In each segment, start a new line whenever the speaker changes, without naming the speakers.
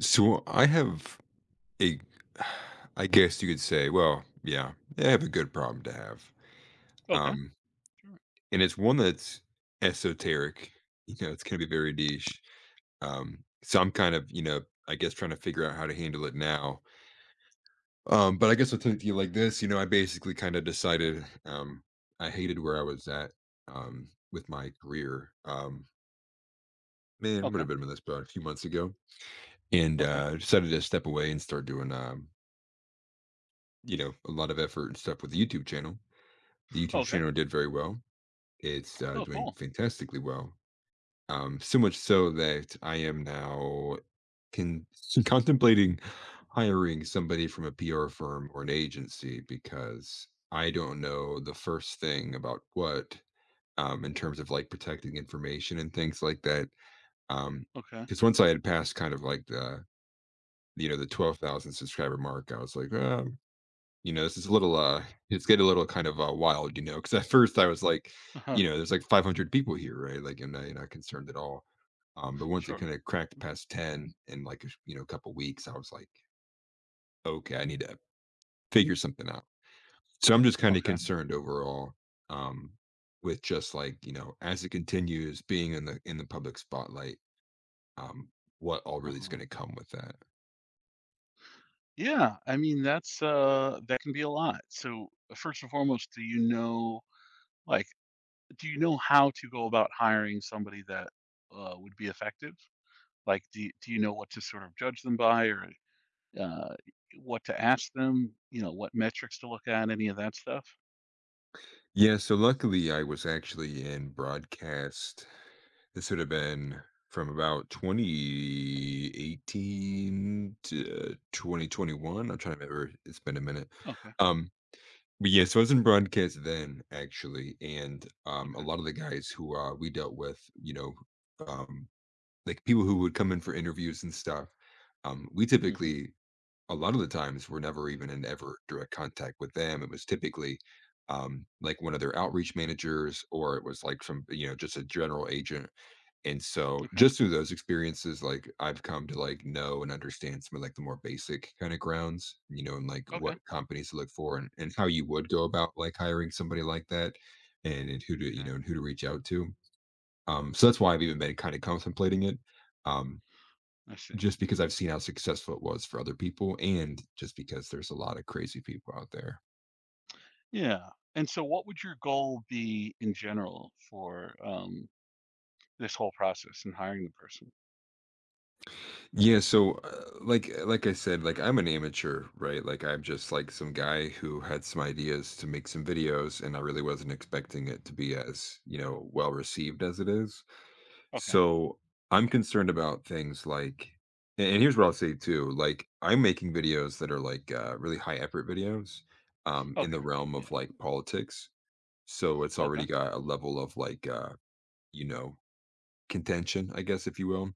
So I have a, I guess you could say, well, yeah, I have a good problem to have.
Okay,
Um,
sure.
and it's one that's esoteric. You know, it's going to be very niche. So I'm kind of, you know, I guess trying to figure out how to handle it now. But I guess I'll tell it to you like this. You know, I basically kind of decided I hated where I was at with my career. Man, would
Okay,
have been this about a few months ago. And
okay,
decided to step away and start doing you know, a lot of effort and stuff with the YouTube channel. The YouTube
okay.
channel did very well. It's
Oh,
doing
cool.
fantastically well. So much so that I am now con- contemplating hiring somebody from a PR firm or an agency because I don't know the first thing about what, in terms of like protecting information and things like that. Um,
Okay.
because once I had passed kind of like the, you know, the 12,000 subscriber mark, I was like, you know, this is a little, it's getting a little kind of wild, you know, because at first I was like,
Uh-huh.
you know, there's like 500 people here, right? Like, I'm not, you're not concerned at all. But once it kind
Sure.
of cracked past 10 in like, a, you know, a couple weeks, I was like, okay, I need to figure something out. So I'm just kind of
Okay.
concerned overall, um, with just like, you know, as it continues being in the public spotlight, um, what all really is
Uh-huh.
going to come with that.
Yeah, I mean, that can be a lot. So, first and foremost, like, do you know how to go about hiring somebody that, would be effective? Like, do you know what to sort of judge them by or, uh, what to ask them? You know, what metrics to look at, any of that stuff?
Yeah, so luckily I was actually in broadcast. This would have been from about 2018 to 2021. I'm trying to remember. It's been a minute.
Okay,
Um, but yeah, so I was in broadcast then, actually, and a
okay.
lot of the guys who we dealt with, you know, um, like people who would come in for interviews and stuff. We
Hmm.
typically, a lot of the times, were never even in ever direct contact with them. It was typically, like one of their outreach managers, or it was like from, you know, just a general agent. And so
Okay,
just through those experiences, like I've come to like know and understand some of like the more basic kind of grounds, you know, and like
okay,
what companies to look for, and how you would go about like hiring somebody like that, and who to, you
okay.
know, and who to reach out to. So that's why I've even been kind of contemplating it. Um,
I see.
just because I've seen how successful it was for other people and just because there's a lot of crazy people out there.
Yeah, and so what would your goal be in general for, this whole process in hiring the person?
Yeah, so like I said, like I'm an amateur, right? Like I'm just like some guy who had some ideas to make some videos and I really wasn't expecting it to be as, you know, well received as it is.
Okay,
So I'm concerned about things like and here's what I'll say too, like I'm making videos that are like really high effort videos in
okay,
the realm
yeah,
of like politics. So it's already
okay,
got a level of like you know, contention, I guess if you will.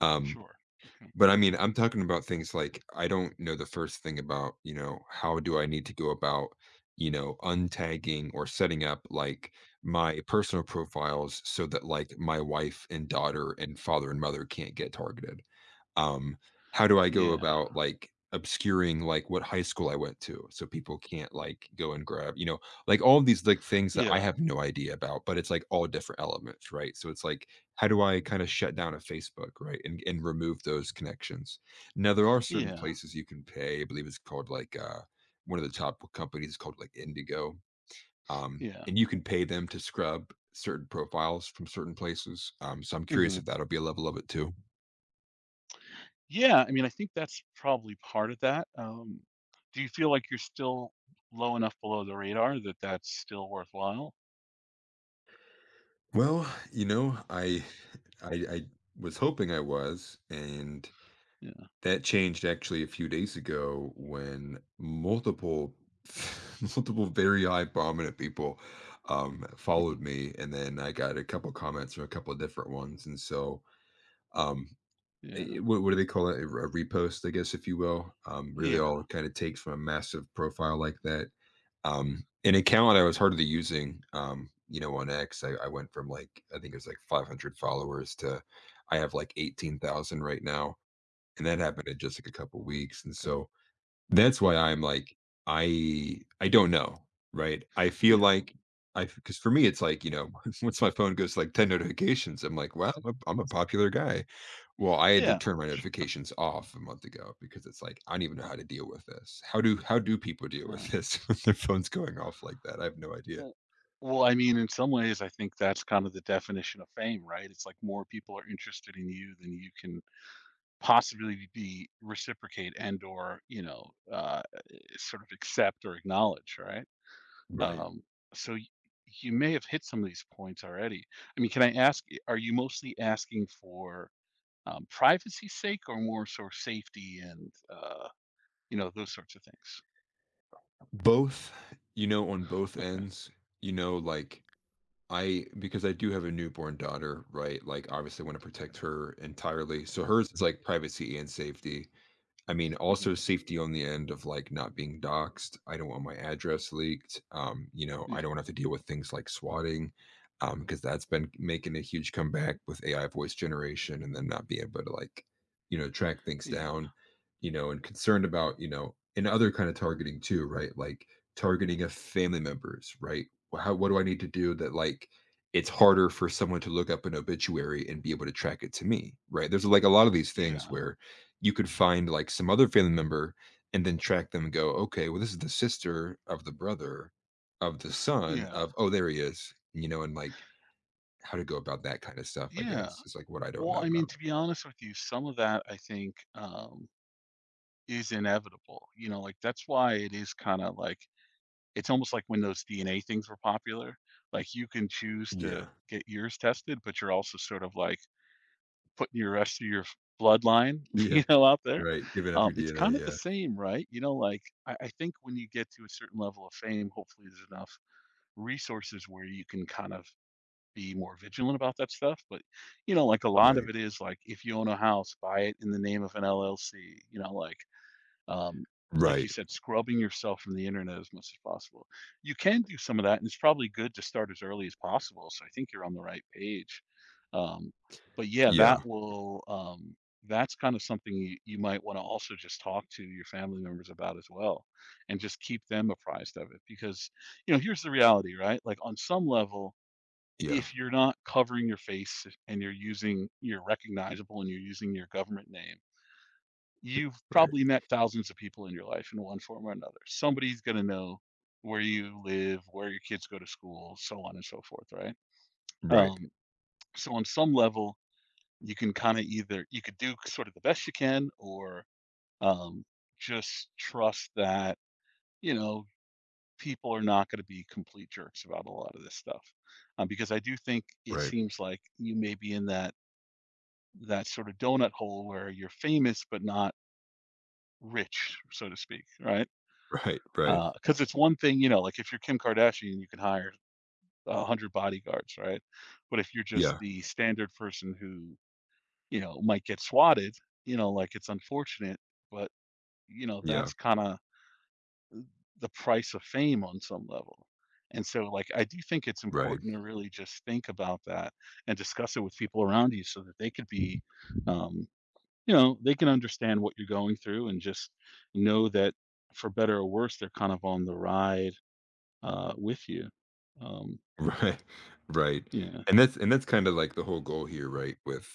Um,
sure, okay.
but I mean, I'm talking about things like I don't know the first thing about, you know, how do I need to go about, you know, untagging or setting up like my personal profiles so that like my wife and daughter and father and mother can't get targeted. Um, how do I go
Yeah,
about, like, obscuring, like, what high school I went to so people can't, like, go and grab, you know, like, all of these, like, things that I
yeah,
have no idea about, but it's, like, all different elements, right? So it's, like, how do I kinda shut down a Facebook, right, and remove those connections? Now, there are certain
yeah,
places you can pay, I believe it's called, like, one of the top companies is called, like, Indigo,
yeah,
and you can pay them to scrub certain profiles from certain places, so I'm curious
mhm.
if that'll be a level of it too.
Yeah, I mean, I think that's probably part of that, do you feel like you're still low enough below the radar that that's still worthwhile?
Well, you know, I was hoping I was, and
Yeah,
that changed actually a few days ago when multiple multiple very high prominent people followed
mhm,
me and then I got a couple comments from a couple different ones, and so um, eh,
yeah,
what, what do they call it? A repost, I guess, if you will. Really,
yeah,
all it kind of takes from a massive profile like that. An account I was hardly using, you know, on X, I went from like, I think it was like 500 followers to I have like 18,000 right now. And that happened in just like a couple
mm,
weeks. And
okay,
so, that's why I'm like, I don't know, right? I feel
yeah,
like I because for me, it's like, you know, once my phone goes like 10 notifications, I'm like, wow, I'm a popular guy. Well, I had to
yeah,
turn my
sure,
notifications off a month ago because it's like, I don't even know how to deal with this. How do people deal
yeah.
with this when their phone's going off like that? I have no idea.
W well, I mean, in some ways, I think that's kind of the definition of fame, right? It's like more people are interested in you than you can possibly be reciprocate and or, sort of accept or acknowledge, right?
Right.
Um, so y you may have hit some of these points already. I mean, can I ask, are you mostly asking for, privacy's sake or more sort of safety and, those sorts of things?
Both, you know, on both
Okay,
ends, you know, like I because I do have a newborn daughter, right? Like, obviously, want to
okay.
protect her entirely. So hers is like privacy and safety. I mean, also
Mhm.
safety on the end of like not being doxxed. I don't want my address leaked. You know, I don't
Yeah,
have to deal with things like swatting, because that's been making a huge comeback with AI voice generation and then not being able to like, you know, track things
yeah,
down, you know, and concerned about, you know, and other kind of targeting too, right? Like targeting of family members, right? How What do I need to do that like it's harder for someone to look up an obituary and be able to track it to me, right? There's like a lot of these things
yeah,
where you could find like some other family member and then track them and go, okay, well, this is the sister of the brother of the son
yeah,
of, oh, there he is, you know, and like how to go about that kind of stuff, I
yeah.
guess, is like what I don't know
Well, I mean,
about.
to be honest with you, some of that I think is inevitable. You know, like that's why it is kind of like it's almost like when those DNA things were popular. Like you can choose to
Yeah.
get yours tested, but you're also sort of like putting your rest of your bloodline,
Yeah.
you know, out there.
Right. Giving up your
It's
DNA.
kind of the
Yeah.
same, right? You know, like I think when you get to a certain level of fame, hopefully there's enough resources where you can kind of be more vigilant about that stuff. But, you know, like a lot of
Right.
it is like if you own a house, buy it in the name of an LLC, you know, um like
Right.
you said, scrubbing yourself from the internet as much as possible. You can do some of that, and it's probably good to start as early as possible. So I think you're on the right page. Um, but yeah,
Yeah.
that's kind of something you might want to also just talk to your family members about as well, and just keep them apprised of it. Because here's the reality, right? Like on some level,
Yeah.
if you're not covering your face and you're recognizable and you're using your government name, you've
Right.
probably met thousands of people in your life in one form or another. Somebody's going to know where you live, where your kids go to school, so on and so forth, right?
Right.
Um, so on some level, you can kind of either you could do sort of the best you can, or um, just trust that you know people are not going to be complete jerks about a lot of this stuff, because I do think it
Right.
seems like you may be in that sort of donut hole where you're famous but not rich, so to speak, right?
Right. Right.
Because it's one thing, you know, like if you're Kim Kardashian, you can hire a hundred bodyguards, right? But if you're just
Yeah.
the standard person who might get swatted, like it's unfortunate, but
Yeah.
that's kind of the price of fame on some level. And so, like, I do think it's
Right.
important to really just think about that and discuss it with people around you so that they could be um, they can understand what you're going through and just know that for better or worse, they're kind of on the ride with you. Um,
Right. Right.
yeah,
And that's kinda like the whole goal here, right, with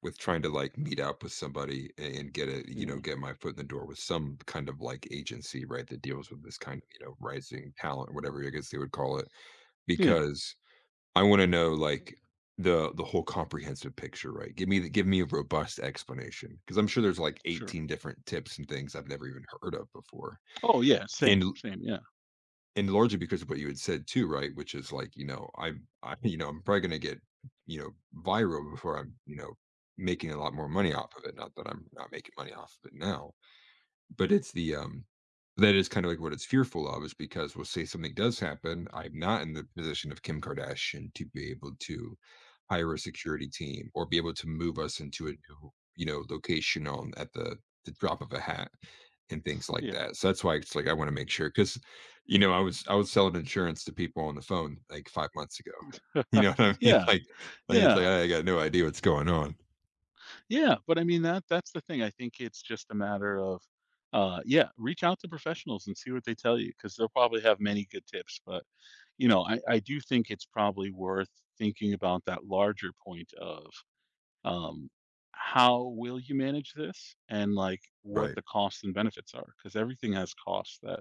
trying to, like, meet up with somebody a and get a you know,
yeah,
get my foot in the door with some kind of, like, agency, right, that deals with this kind of, you know, rising talent, whatever I guess they would call it,
yeah,
because I wanna know, like, the whole comprehensive picture, right? Give me a robust explanation, because 'cause I'm sure there's, like,
sure.
18 different tips and things I've never even heard of before.
Oh yeah,
And
same, same. Yeah,
and largely because of what you had said too, right? Which is like, you know, you know, I'm probably going to get, you know, viral before I'm, you know, making a lot more money off of it. Not that I'm not making money off of it now, but it's the, that is kind of like what it's fearful of, is because we'll say something does happen, I'm not in the position of Kim Kardashian to be able to hire a security team or be able to move us into a new, you know, location on at the drop of a hat and things like
yeah,
that. So that's why it's like I want to make sure because, you know, I was selling insurance to people on the phone like 5 months ago. You know what I mean?
yeah,
Like it's like
yeah,
I got no idea what's going on.
yeah. But I mean that that's the thing. I think it's just a matter of yeah, reach out to professionals and see what they tell you because they'll probably have many good tips. But I do think it's probably worth thinking about that larger point of um, how will you manage this and like what
Right.
the costs and benefits are because everything has costs that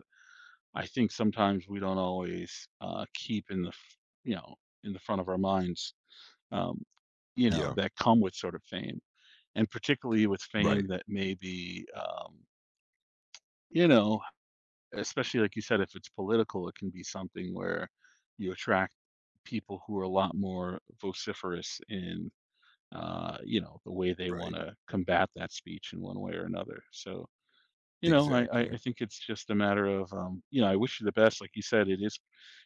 I think sometimes we don't always keep in you know the front of our minds um,
Yeah.
that come with sort of fame and particularly with
Right.
fame that may be you know especially like you said if it's political it can be something where you attract people who are a lot more vociferous in you know, the way they want
Right.
to combat that speech in one way or another. So, you know, I, I
Exactly.
I think it's just a matter of, I wish you the best. Like you said, it is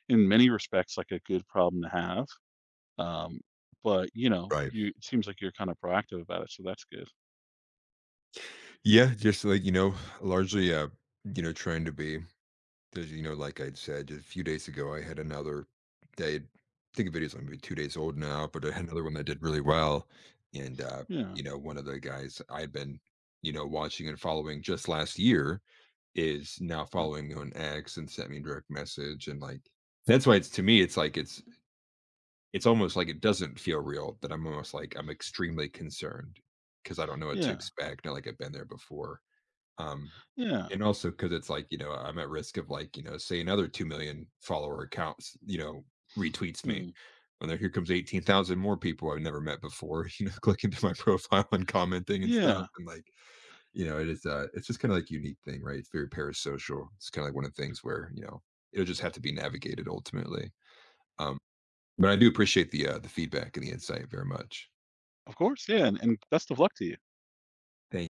in many respects like a good problem to have. Um, but you know,
Right.
you it seems like you're kind of proactive about it, so that's good.
Yeah, just like, you know, largely, you know, trying to be, because, you know, like I'd said just a few days ago, I had another day. I think the video's only 2 days old now, but I had another one that did really well. And,
Yeah,
you know, one of the guys I'd been, you know, watching and following just last year is now
okay.
following me on X and sent me a direct message. And like, that's why it's to me, it's like, it's almost like it doesn't feel real that I'm almost like I'm extremely concerned because I don't know what to
Yeah,
expect. Not like I've been there before um,
yeah,
and also because it's like, you know, I'm at risk of like, you know, say another 2 million follower accounts, you know, retweets me.
hmm,
And there here comes 18,000 more people I've never met before, you know, clicking to my profile and commenting and stuff.
yeah.
And like, you know, it is, it's just kind of like unique thing, right? It's very parasocial. It's kind of like one of the things where, you know, it'll just have to be navigated ultimately. Um, but I do appreciate the feedback and the insight very much.
Of course, yeah, and best of luck to you.
Thank